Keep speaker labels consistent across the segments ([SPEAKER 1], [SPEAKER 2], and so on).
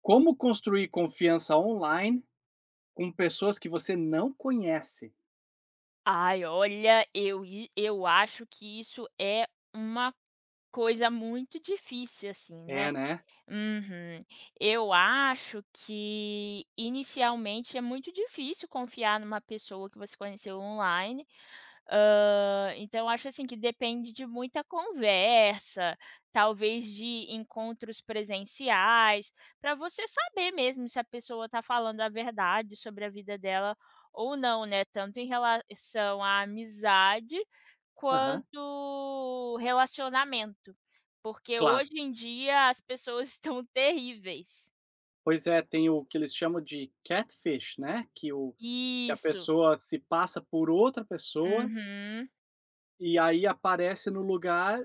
[SPEAKER 1] Como construir confiança online com pessoas que você não conhece?
[SPEAKER 2] Ai, olha, eu acho que isso é uma coisa muito difícil, assim, né.
[SPEAKER 1] É, né?
[SPEAKER 2] Uhum. Eu acho que inicialmente é muito difícil confiar numa pessoa que você conheceu online. Então eu acho assim que depende de muita conversa, talvez de encontros presenciais, para você saber mesmo se a pessoa está falando a verdade sobre a vida dela ou não, né, tanto em relação à amizade
[SPEAKER 1] Aham,
[SPEAKER 2] quanto relacionamento. Porque
[SPEAKER 1] claro.
[SPEAKER 2] hoje em dia as pessoas estão terríveis.
[SPEAKER 1] Pois é, tem o que eles chamam de catfish, né? Que a
[SPEAKER 2] Isso.
[SPEAKER 1] pessoa se passa por outra pessoa
[SPEAKER 2] Uhum.
[SPEAKER 1] e aí aparece no lugar.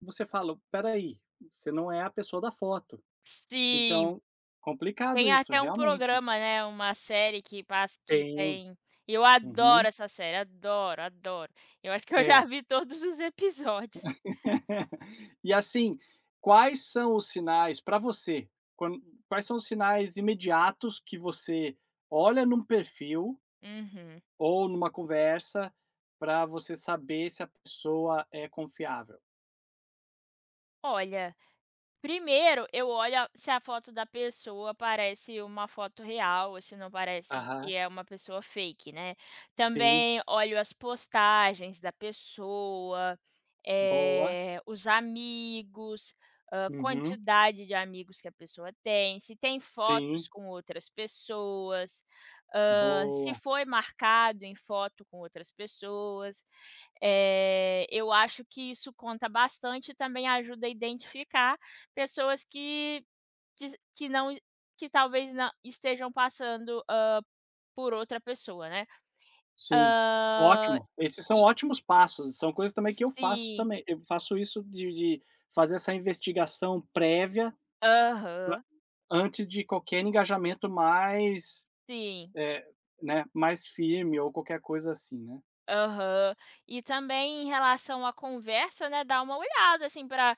[SPEAKER 1] Você fala: peraí, você não é a pessoa da foto.
[SPEAKER 2] Sim.
[SPEAKER 1] Então, complicado
[SPEAKER 2] Tem
[SPEAKER 1] isso,
[SPEAKER 2] até um
[SPEAKER 1] realmente.
[SPEAKER 2] programa, né, uma série que passa que
[SPEAKER 1] Tem.
[SPEAKER 2] tem eu
[SPEAKER 1] Uhum.
[SPEAKER 2] adoro essa série, adoro, adoro. Eu acho que eu já
[SPEAKER 1] É.
[SPEAKER 2] vi todos os episódios.
[SPEAKER 1] E assim, quais são os sinais para você, quan quais são os sinais imediatos que você olha num perfil
[SPEAKER 2] Uhum.
[SPEAKER 1] ou numa conversa para você saber se a pessoa é confiável?
[SPEAKER 2] Olha, primeiro eu olho a se a foto da pessoa parece uma foto real ou se não parece que
[SPEAKER 1] Aham,
[SPEAKER 2] é uma pessoa fake, né.
[SPEAKER 1] sim,
[SPEAKER 2] Também olho as postagens da pessoa,
[SPEAKER 1] boa.
[SPEAKER 2] os amigos, a
[SPEAKER 1] Uhum,
[SPEAKER 2] quantidade de amigos que a pessoa tem, se tem fotos
[SPEAKER 1] sim,
[SPEAKER 2] com outras pessoas, se
[SPEAKER 1] boa,
[SPEAKER 2] foi marcado em foto com outras pessoas. Eu acho que isso conta bastante e também ajuda a identificar pessoas que não, que talvez na estejam passando, por outra pessoa, né.
[SPEAKER 1] sim,
[SPEAKER 2] Ah,
[SPEAKER 1] ótimo. Esses são
[SPEAKER 2] e
[SPEAKER 1] ótimos passos, são coisas também que eu faço
[SPEAKER 2] sim,
[SPEAKER 1] também. Eu faço isso de fazer essa investigação prévia
[SPEAKER 2] aham,
[SPEAKER 1] antes de qualquer engajamento mais,
[SPEAKER 2] sim,
[SPEAKER 1] eh, né, mais firme ou qualquer coisa assim, né.
[SPEAKER 2] aham. E também em relação à conversa, né, dá uma olhada, assim, para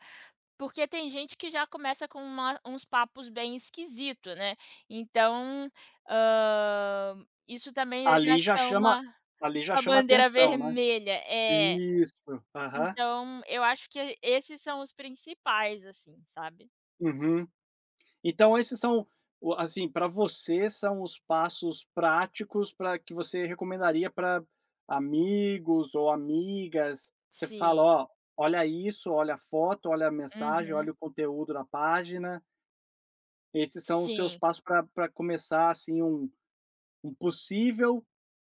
[SPEAKER 2] porque tem gente que já começa com uma uns papos bem esquisitos, né. Então, isso também eu já
[SPEAKER 1] Ali
[SPEAKER 2] acho
[SPEAKER 1] já
[SPEAKER 2] que é
[SPEAKER 1] chama
[SPEAKER 2] uma
[SPEAKER 1] Ali já
[SPEAKER 2] uma
[SPEAKER 1] chama
[SPEAKER 2] bandeira
[SPEAKER 1] atenção, né.
[SPEAKER 2] vermelha. É.
[SPEAKER 1] Isso. Aham.
[SPEAKER 2] Então, eu acho que esses são os principais, assim, sabe.
[SPEAKER 1] Uhum. Então esses são o assim, para você são os passos práticos para que você recomendaria para amigos ou amigas, você fala:
[SPEAKER 2] Sim.
[SPEAKER 1] "Ó, olha isso, olha a foto, olha a mensagem,
[SPEAKER 2] Uhum.
[SPEAKER 1] olha o conteúdo da página". Esses são os seus
[SPEAKER 2] Sim,
[SPEAKER 1] passos para pra começar, assim, um Um possível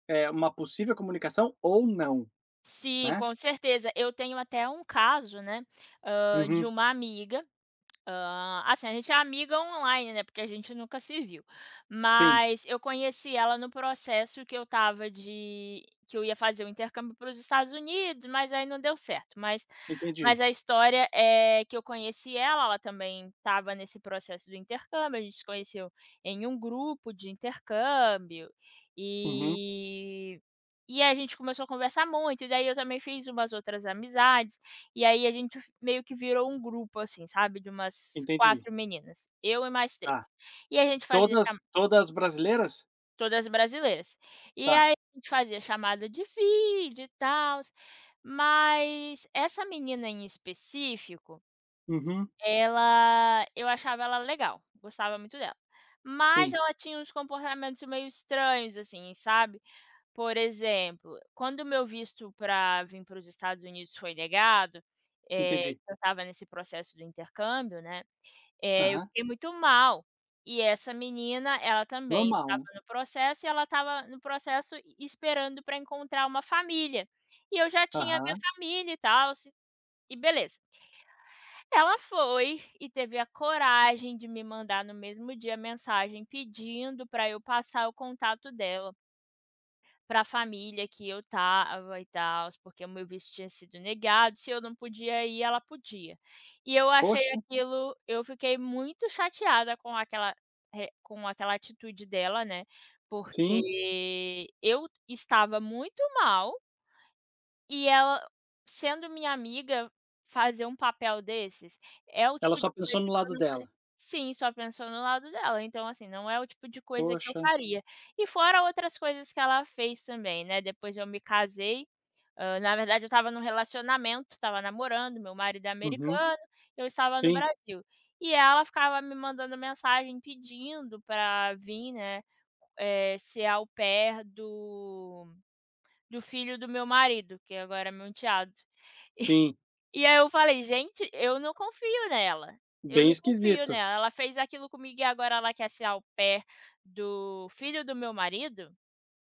[SPEAKER 1] uma possível comunicação ou não,
[SPEAKER 2] sim,
[SPEAKER 1] né.
[SPEAKER 2] com certeza. Eu tenho até um caso, né, de
[SPEAKER 1] Uhum.
[SPEAKER 2] uma amiga. Assim, a gente é amiga online, né, porque a gente nunca se viu.
[SPEAKER 1] Sim,
[SPEAKER 2] Mas eu conheci ela no processo que eu tava de que eu ia fazer o intercâmbio para os Estados Unidos, mas aí não deu certo. Mas
[SPEAKER 1] entendi.
[SPEAKER 2] a história é que eu conheci ela, ela também estava nesse processo do intercâmbio, a gente se conheceu em um grupo de intercâmbio,
[SPEAKER 1] Uhum.
[SPEAKER 2] e e a gente começou a conversar muito, e daí eu também fiz umas outras amizades. E aí a gente f meio que virou um grupo, assim, sabe, de umas
[SPEAKER 1] Entendi.
[SPEAKER 2] 4 meninas, eu e mais três.
[SPEAKER 1] Tá.
[SPEAKER 2] E a gente fazia
[SPEAKER 1] Todas
[SPEAKER 2] chama
[SPEAKER 1] todas brasileiras?
[SPEAKER 2] Todas brasileiras. E
[SPEAKER 1] Tá.
[SPEAKER 2] aí a gente fazia chamada de vídeo e tal, mas essa menina em específico,
[SPEAKER 1] Uhum.
[SPEAKER 2] ela, eu achava ela legal, gostava muito dela, mas
[SPEAKER 1] Sim,
[SPEAKER 2] ela tinha uns comportamentos meio estranhos, assim, sabe. Por exemplo, quando o meu visto para vir para os Estados Unidos foi negado,
[SPEAKER 1] entendi.
[SPEAKER 2] eu estava nesse processo do intercâmbio, né, eu
[SPEAKER 1] Aham.
[SPEAKER 2] fiquei muito mal. E essa menina, ela também
[SPEAKER 1] Normal,
[SPEAKER 2] estava
[SPEAKER 1] né.
[SPEAKER 2] no processo, e ela estava no processo e esperando para encontrar uma família. E eu já tinha minha
[SPEAKER 1] Aham.
[SPEAKER 2] família e tals, e beleza. Ela foi e teve a coragem de me mandar no mesmo dia mensagem pedindo para eu passar o contato dela para a família que eu tava e tal, porque o meu visto tinha sido negado, se eu não podia ir, ela podia. E eu achei
[SPEAKER 1] Poxa,
[SPEAKER 2] aquilo, eu fiquei muito chateada com aquela re com aquela atitude dela, né,
[SPEAKER 1] sim.
[SPEAKER 2] porque eu estava muito mal e ela, sendo minha amiga, fazer um papel desses, é o
[SPEAKER 1] Ela
[SPEAKER 2] tipo de
[SPEAKER 1] só pensou
[SPEAKER 2] coisa
[SPEAKER 1] no
[SPEAKER 2] que eu
[SPEAKER 1] lado
[SPEAKER 2] não faria.
[SPEAKER 1] dela.
[SPEAKER 2] Sim, só pensou no lado dela, então, assim, não é o tipo de coisa que eu
[SPEAKER 1] Poxa.
[SPEAKER 2] faria. E fora outras coisas que ela fez também, né, depois eu me casei, na verdade eu estava num relacionamento, estava namorando, meu marido é
[SPEAKER 1] Uhum.
[SPEAKER 2] americano, eu estava no
[SPEAKER 1] Sim,
[SPEAKER 2] Brasil. E ela ficava me mandando mensagem pedindo para vir, né, ser au pair do filho do meu marido, que agora é meu enteado.
[SPEAKER 1] sim.
[SPEAKER 2] E aí eu falei: "Gente, eu não confio nela, eu
[SPEAKER 1] Bem
[SPEAKER 2] não confio
[SPEAKER 1] esquisito.
[SPEAKER 2] nela, ela fez aquilo comigo e agora ela quer ser ao pé do filho do meu marido?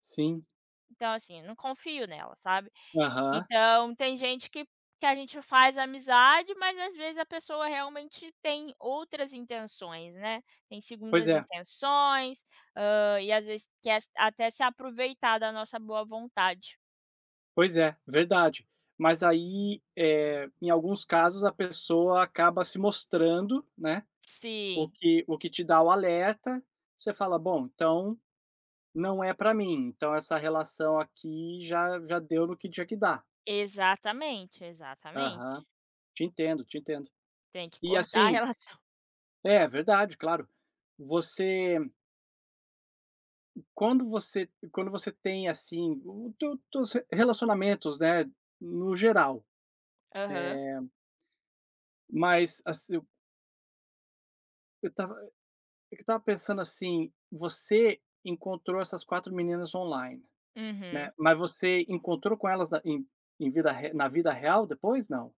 [SPEAKER 1] Sim.
[SPEAKER 2] Então, assim, não confio nela", sabe.
[SPEAKER 1] Aham.
[SPEAKER 2] Então tem gente que a gente faz amizade, mas às vezes a pessoa realmente tem outras intenções, né, tem
[SPEAKER 1] Pois
[SPEAKER 2] segundas
[SPEAKER 1] é,
[SPEAKER 2] intenções, e às vezes quer até se aproveitar da nossa boa vontade.
[SPEAKER 1] Pois é, verdade. Mas aí, em alguns casos a pessoa acaba se mostrando, né. O
[SPEAKER 2] Sim,
[SPEAKER 1] que te dá o alerta, você fala: "Bom, então não é para mim, então essa relação aqui já deu no que tinha que dar".
[SPEAKER 2] exatamente, exatamente.
[SPEAKER 1] Aham, te entendo.
[SPEAKER 2] Tem que
[SPEAKER 1] E
[SPEAKER 2] cortar a
[SPEAKER 1] assim
[SPEAKER 2] relação.
[SPEAKER 1] é verdade, claro. Você quando você tem, assim, os teus relacionamentos, né, no geral,
[SPEAKER 2] Aham.
[SPEAKER 1] mas assim, eu tava eu tava pensando assim, você encontrou essas 4 meninas online. Né,
[SPEAKER 2] Uhum.
[SPEAKER 1] mas você encontrou com elas na em em vida re na vida real depois, não?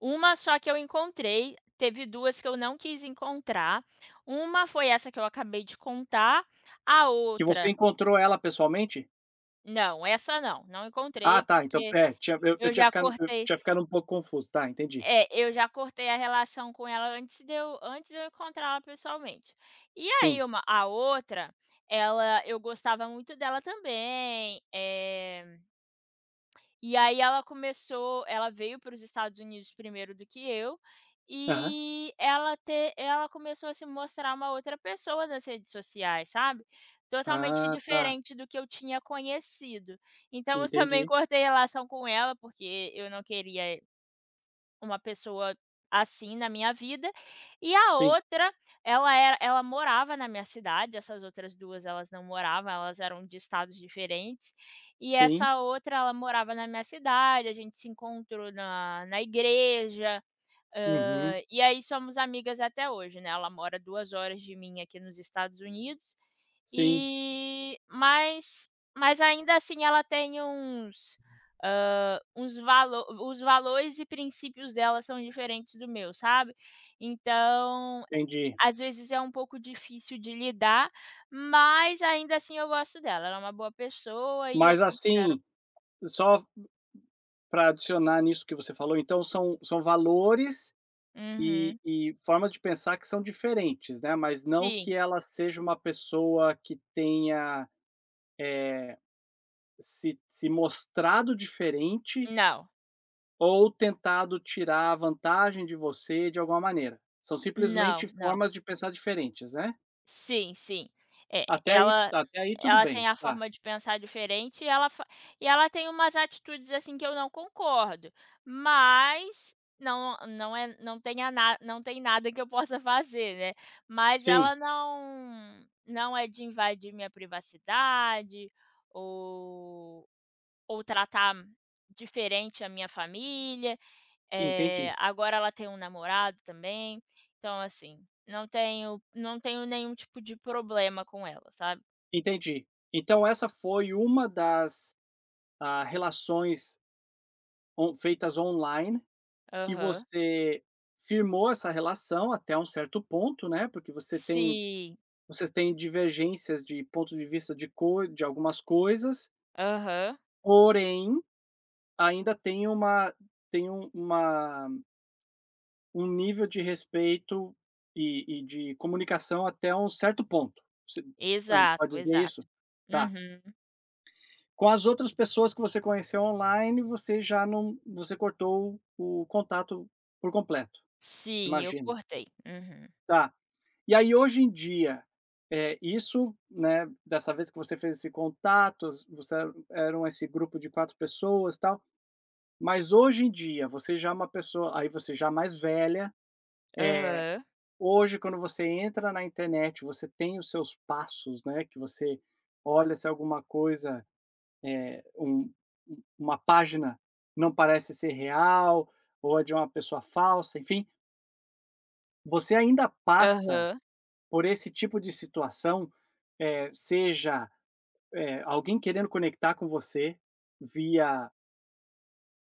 [SPEAKER 2] Uma só que eu encontrei, teve 2 que eu não quis encontrar. Uma foi essa que eu acabei de contar, a
[SPEAKER 1] Que você
[SPEAKER 2] outra
[SPEAKER 1] encontrou ela pessoalmente?
[SPEAKER 2] não, essa não, não
[SPEAKER 1] Ah
[SPEAKER 2] encontrei,
[SPEAKER 1] tá, então
[SPEAKER 2] porque
[SPEAKER 1] é, tinha eu
[SPEAKER 2] eu já
[SPEAKER 1] eu
[SPEAKER 2] cortei
[SPEAKER 1] tinha ficado um pouco confuso, tá, entendi.
[SPEAKER 2] eu já cortei a relação com ela antes de eu encontrar ela pessoalmente. E aí
[SPEAKER 1] Sim.
[SPEAKER 2] uma a outra, ela, eu gostava muito dela também. E aí ela veio para os Estados Unidos primeiro do que eu,
[SPEAKER 1] Aham.
[SPEAKER 2] e ela começou a se mostrar uma outra pessoa nas redes sociais, sabe, totalmente
[SPEAKER 1] Ah tá,
[SPEAKER 2] diferente do que eu tinha conhecido. Então eu também
[SPEAKER 1] entendi.
[SPEAKER 2] cortei relação com ela, porque eu não queria uma pessoa assim na minha vida, e a
[SPEAKER 1] Sim,
[SPEAKER 2] outra, ela morava na minha cidade, essas outras 2 elas não moravam, elas eram de estados diferentes, e
[SPEAKER 1] sim.
[SPEAKER 2] essa outra ela morava na minha cidade, a gente se encontrou na igreja.
[SPEAKER 1] Uhum.
[SPEAKER 2] E aí somos amigas até hoje, né, ela mora 2 horas de mim aqui nos Estados Unidos,
[SPEAKER 1] Sim,
[SPEAKER 2] e mas ainda assim ela tem uns, hã, uns valo os valores e princípios dela são diferentes do meu, sabe. Então,
[SPEAKER 1] entendi.
[SPEAKER 2] às vezes é um pouco difícil de lidar, mas ainda assim eu gosto dela, ela é uma boa pessoa e eu
[SPEAKER 1] Mas
[SPEAKER 2] considero.
[SPEAKER 1] assim, só para adicionar nisso que você falou, então são valores
[SPEAKER 2] Uhum.
[SPEAKER 1] e formas de pensar que são diferentes, né, mas não
[SPEAKER 2] Sim.
[SPEAKER 1] que ela seja uma pessoa que tenha se mostrado diferente
[SPEAKER 2] Não,
[SPEAKER 1] ou tentado tirar a vantagem de você de alguma maneira. São simplesmente
[SPEAKER 2] não, não.
[SPEAKER 1] formas de pensar diferentes, né?
[SPEAKER 2] Sim, sim. É, ela
[SPEAKER 1] Até aí tudo
[SPEAKER 2] ela tem
[SPEAKER 1] bem,
[SPEAKER 2] a
[SPEAKER 1] tá.
[SPEAKER 2] forma de pensar diferente e ela fa e ela tem umas atitudes, assim, que eu não concordo, mas não não é não tenha na não tem nada que eu possa fazer, né. Mas
[SPEAKER 1] Sim,
[SPEAKER 2] ela não é de invadir minha privacidade ou ou tratar diferente a minha família.
[SPEAKER 1] entendi,
[SPEAKER 2] Agora ela tem um namorado também, então, assim, não tenho nenhum tipo de problema com ela, sabe.
[SPEAKER 1] entendi. Então essa foi uma das, ah, relações on feitas online que
[SPEAKER 2] Aham.
[SPEAKER 1] você firmou essa relação até um certo ponto, né, porque
[SPEAKER 2] Sim.
[SPEAKER 1] vocês têm divergências de ponto de vista de cor de algumas coisas,
[SPEAKER 2] Aham.
[SPEAKER 1] porém Ainda tem um uma um nível de respeito e de comunicação até um certo ponto. Se a gente pode
[SPEAKER 2] Exato,
[SPEAKER 1] dizer
[SPEAKER 2] exato.
[SPEAKER 1] isso? Tá.
[SPEAKER 2] Uhum.
[SPEAKER 1] Com as outras pessoas que você conheceu online, você já não você cortou o contato por completo,
[SPEAKER 2] Sim, eu
[SPEAKER 1] imagino.
[SPEAKER 2] cortei. Uhum.
[SPEAKER 1] Tá. E aí hoje em dia, é isso, né, dessa vez que você fez esse contato, você eram esse grupo de 4 pessoas, tal. Mas hoje em dia, você já é uma pessoa aí você já é mais velha,
[SPEAKER 2] Aham.
[SPEAKER 1] hoje quando você entra na internet, você tem os seus passos, né, que você olha se alguma coisa, um uma página não parece ser real, ou é de uma pessoa falsa, enfim, você ainda passa
[SPEAKER 2] Aham.
[SPEAKER 1] por esse tipo de situação, seja, alguém querendo conectar com você via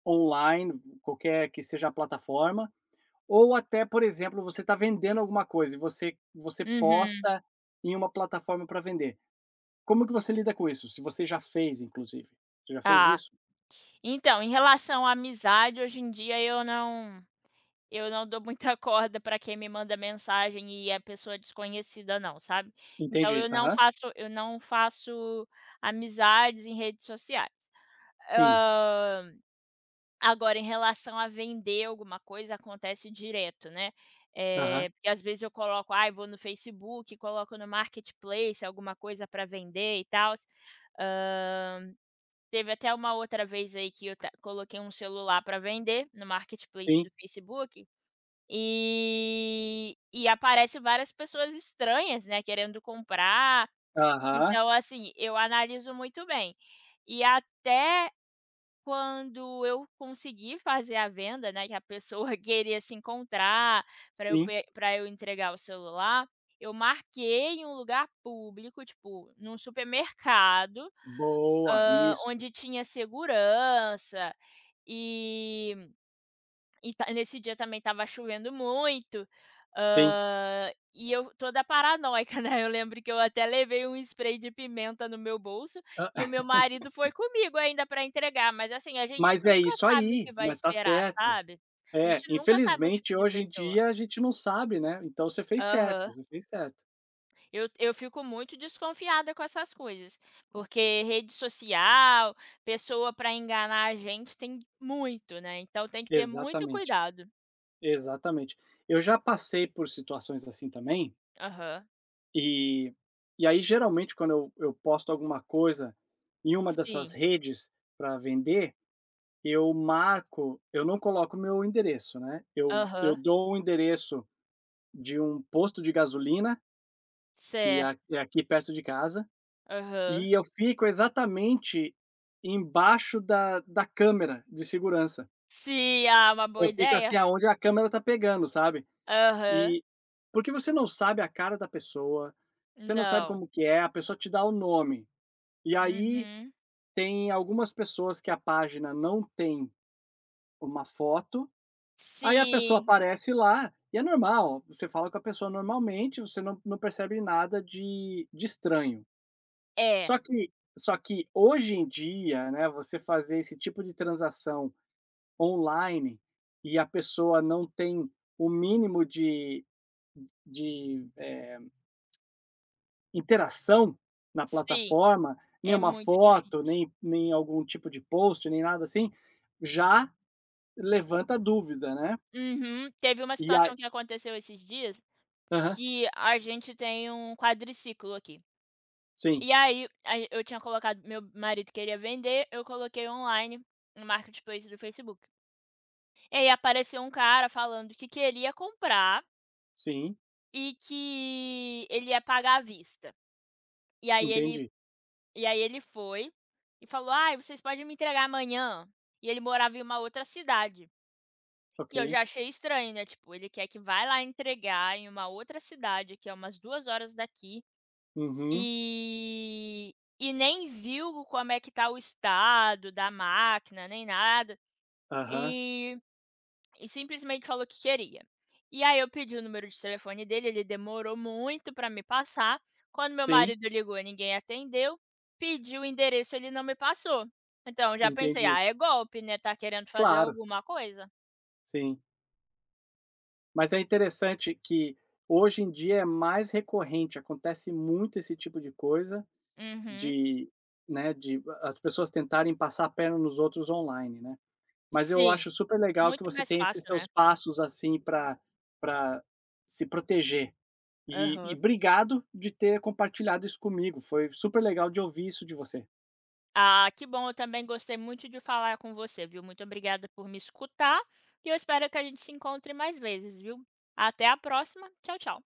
[SPEAKER 1] online, qualquer que seja a plataforma. Ou até, por exemplo, você está vendendo alguma coisa e você
[SPEAKER 2] Uhum.
[SPEAKER 1] posta em uma plataforma para vender. Como que você lida com isso? Se você já fez, inclusive. Você já fez
[SPEAKER 2] Ah,
[SPEAKER 1] isso?
[SPEAKER 2] então, em relação à amizade, hoje em dia eu não dou muita corda para quem me manda mensagem e é pessoa desconhecida não, sabe. Então
[SPEAKER 1] Entendi. Aham.
[SPEAKER 2] eu não faço amizades em redes sociais.
[SPEAKER 1] Sim.
[SPEAKER 2] Hã, Agora em relação a vender alguma coisa, acontece direto, né.
[SPEAKER 1] Aham.
[SPEAKER 2] Porque às vezes eu coloco, ai, vou no Facebook, coloco no marketplace alguma coisa para vender e tals. Hã, Teve até uma outra vez aí que eu ta coloquei um celular para vender no marketplace do
[SPEAKER 1] Sim.
[SPEAKER 2] Facebook, e aparece várias pessoas estranhas, né, querendo comprar.
[SPEAKER 1] Aham.
[SPEAKER 2] Então, assim, eu analiso muito bem. E até quando eu consegui fazer a venda, né, que a pessoa queria se encontrar para eu
[SPEAKER 1] Sim.
[SPEAKER 2] pe pra eu entregar o celular, eu marquei em um lugar público, tipo, num supermercado,
[SPEAKER 1] Boa, isso.
[SPEAKER 2] onde tinha segurança, e e ta nesse dia também estava chovendo muito,
[SPEAKER 1] Sim.
[SPEAKER 2] e eu toda paranoica, né, eu lembro que eu até levei um spray de pimenta no meu bolso, e
[SPEAKER 1] Hã.
[SPEAKER 2] o meu marido foi comigo ainda para entregar, mas assim, a gente
[SPEAKER 1] Mas é
[SPEAKER 2] nunca
[SPEAKER 1] isso
[SPEAKER 2] sabe o
[SPEAKER 1] aí,
[SPEAKER 2] que vai
[SPEAKER 1] mas tá
[SPEAKER 2] esperar,
[SPEAKER 1] certo.
[SPEAKER 2] sabe. A
[SPEAKER 1] É,
[SPEAKER 2] gente nunca sabe o tipo
[SPEAKER 1] infelizmente
[SPEAKER 2] de
[SPEAKER 1] hoje em
[SPEAKER 2] pessoa.
[SPEAKER 1] dia a gente não sabe, né, então
[SPEAKER 2] Aham.
[SPEAKER 1] você fez certo.
[SPEAKER 2] Eu fico muito desconfiada com essas coisas, porque rede social, pessoa para enganar a gente tem muito, né, então tem que ter muito
[SPEAKER 1] Exatamente,
[SPEAKER 2] cuidado.
[SPEAKER 1] exatamente. Eu já passei por situações assim também.
[SPEAKER 2] Aham.
[SPEAKER 1] E e aí, geralmente, quando eu posto alguma coisa em uma dessas
[SPEAKER 2] Sim.
[SPEAKER 1] redes para vender, eu não coloco meu endereço, né, eu
[SPEAKER 2] Aham,
[SPEAKER 1] dou o endereço de um posto de gasolina, que é
[SPEAKER 2] certo,
[SPEAKER 1] é aqui perto de casa,
[SPEAKER 2] aham.
[SPEAKER 1] e eu fico exatamente embaixo da câmera de segurança.
[SPEAKER 2] Se ah, uma boa
[SPEAKER 1] Eu fico, assim,
[SPEAKER 2] ideia?
[SPEAKER 1] aonde a câmera tá pegando, sabe.
[SPEAKER 2] Aham,
[SPEAKER 1] E porque você não sabe a cara da pessoa, você não sabe
[SPEAKER 2] não.
[SPEAKER 1] como que é, a pessoa te dá o nome. E aí
[SPEAKER 2] Uhum.
[SPEAKER 1] tem algumas pessoas que a página não tem uma foto, aí a pessoa
[SPEAKER 2] Sim,
[SPEAKER 1] aparece lá e é normal, você fala com a pessoa normalmente, você não percebe nada de estranho.
[SPEAKER 2] é,
[SPEAKER 1] Só que Só que hoje em dia, né, você fazer esse tipo de transação online e a pessoa não tem o mínimo de, interação na
[SPEAKER 2] sim,
[SPEAKER 1] plataforma, nem
[SPEAKER 2] é
[SPEAKER 1] uma
[SPEAKER 2] muito
[SPEAKER 1] foto,
[SPEAKER 2] difícil.
[SPEAKER 1] nem algum tipo de post, nem nada assim, já Levanta dúvida, né.
[SPEAKER 2] Uhum. Teve uma
[SPEAKER 1] E
[SPEAKER 2] situação
[SPEAKER 1] aí
[SPEAKER 2] que aconteceu esses dias,
[SPEAKER 1] aham.
[SPEAKER 2] que a gente tem um quadriciclo aqui.
[SPEAKER 1] Sim,
[SPEAKER 2] E aí, eu tinha colocado meu marido queria vender, eu coloquei online no marketplace do Facebook. E aí apareceu um cara falando que queria comprar
[SPEAKER 1] sim,
[SPEAKER 2] e que ele ia pagar à vista. E aí ele
[SPEAKER 1] entendi.
[SPEAKER 2] E aí ele foi e falou: "Ai, vocês podem me entregar amanhã". E ele morava em uma outra cidade.
[SPEAKER 1] Ok.
[SPEAKER 2] E eu já achei estranho, né, tipo, ele quer que vá lá entregar em uma outra cidade, que é umas 2 horas daqui,
[SPEAKER 1] Uhum.
[SPEAKER 2] e nem viu como é que tá o estado da máquina, nem nada.
[SPEAKER 1] Aham.
[SPEAKER 2] E e simplesmente falou que queria. E aí eu pedi o número de telefone dele, ele demorou muito para me passar. Quando meu
[SPEAKER 1] Sim,
[SPEAKER 2] marido ligou, ninguém atendeu. Pedi o endereço, ele não me passou. Então já pensei:
[SPEAKER 1] entendi.
[SPEAKER 2] "Ah, é golpe, né, tá querendo fazer
[SPEAKER 1] Claro,
[SPEAKER 2] alguma coisa".
[SPEAKER 1] sim. Mas é interessante que hoje em dia é mais recorrente, acontece muito esse tipo de coisa
[SPEAKER 2] Uhum.
[SPEAKER 1] de, né, de as pessoas tentarem passar a perna nos outros online, né. Mas eu
[SPEAKER 2] Sim,
[SPEAKER 1] acho super legal que
[SPEAKER 2] muito
[SPEAKER 1] você
[SPEAKER 2] mais
[SPEAKER 1] tem esses
[SPEAKER 2] fácil, né.
[SPEAKER 1] seus passos, assim, para para se proteger. E
[SPEAKER 2] Aham.
[SPEAKER 1] obrigado de ter compartilhado isso comigo, foi super legal de ouvir isso de você.
[SPEAKER 2] Ah, que bom, eu também gostei muito de falar com você, viu. Muito obrigada por me escutar e eu espero que a gente se encontre mais vezes, viu. Até a próxima. Tchau, tchau.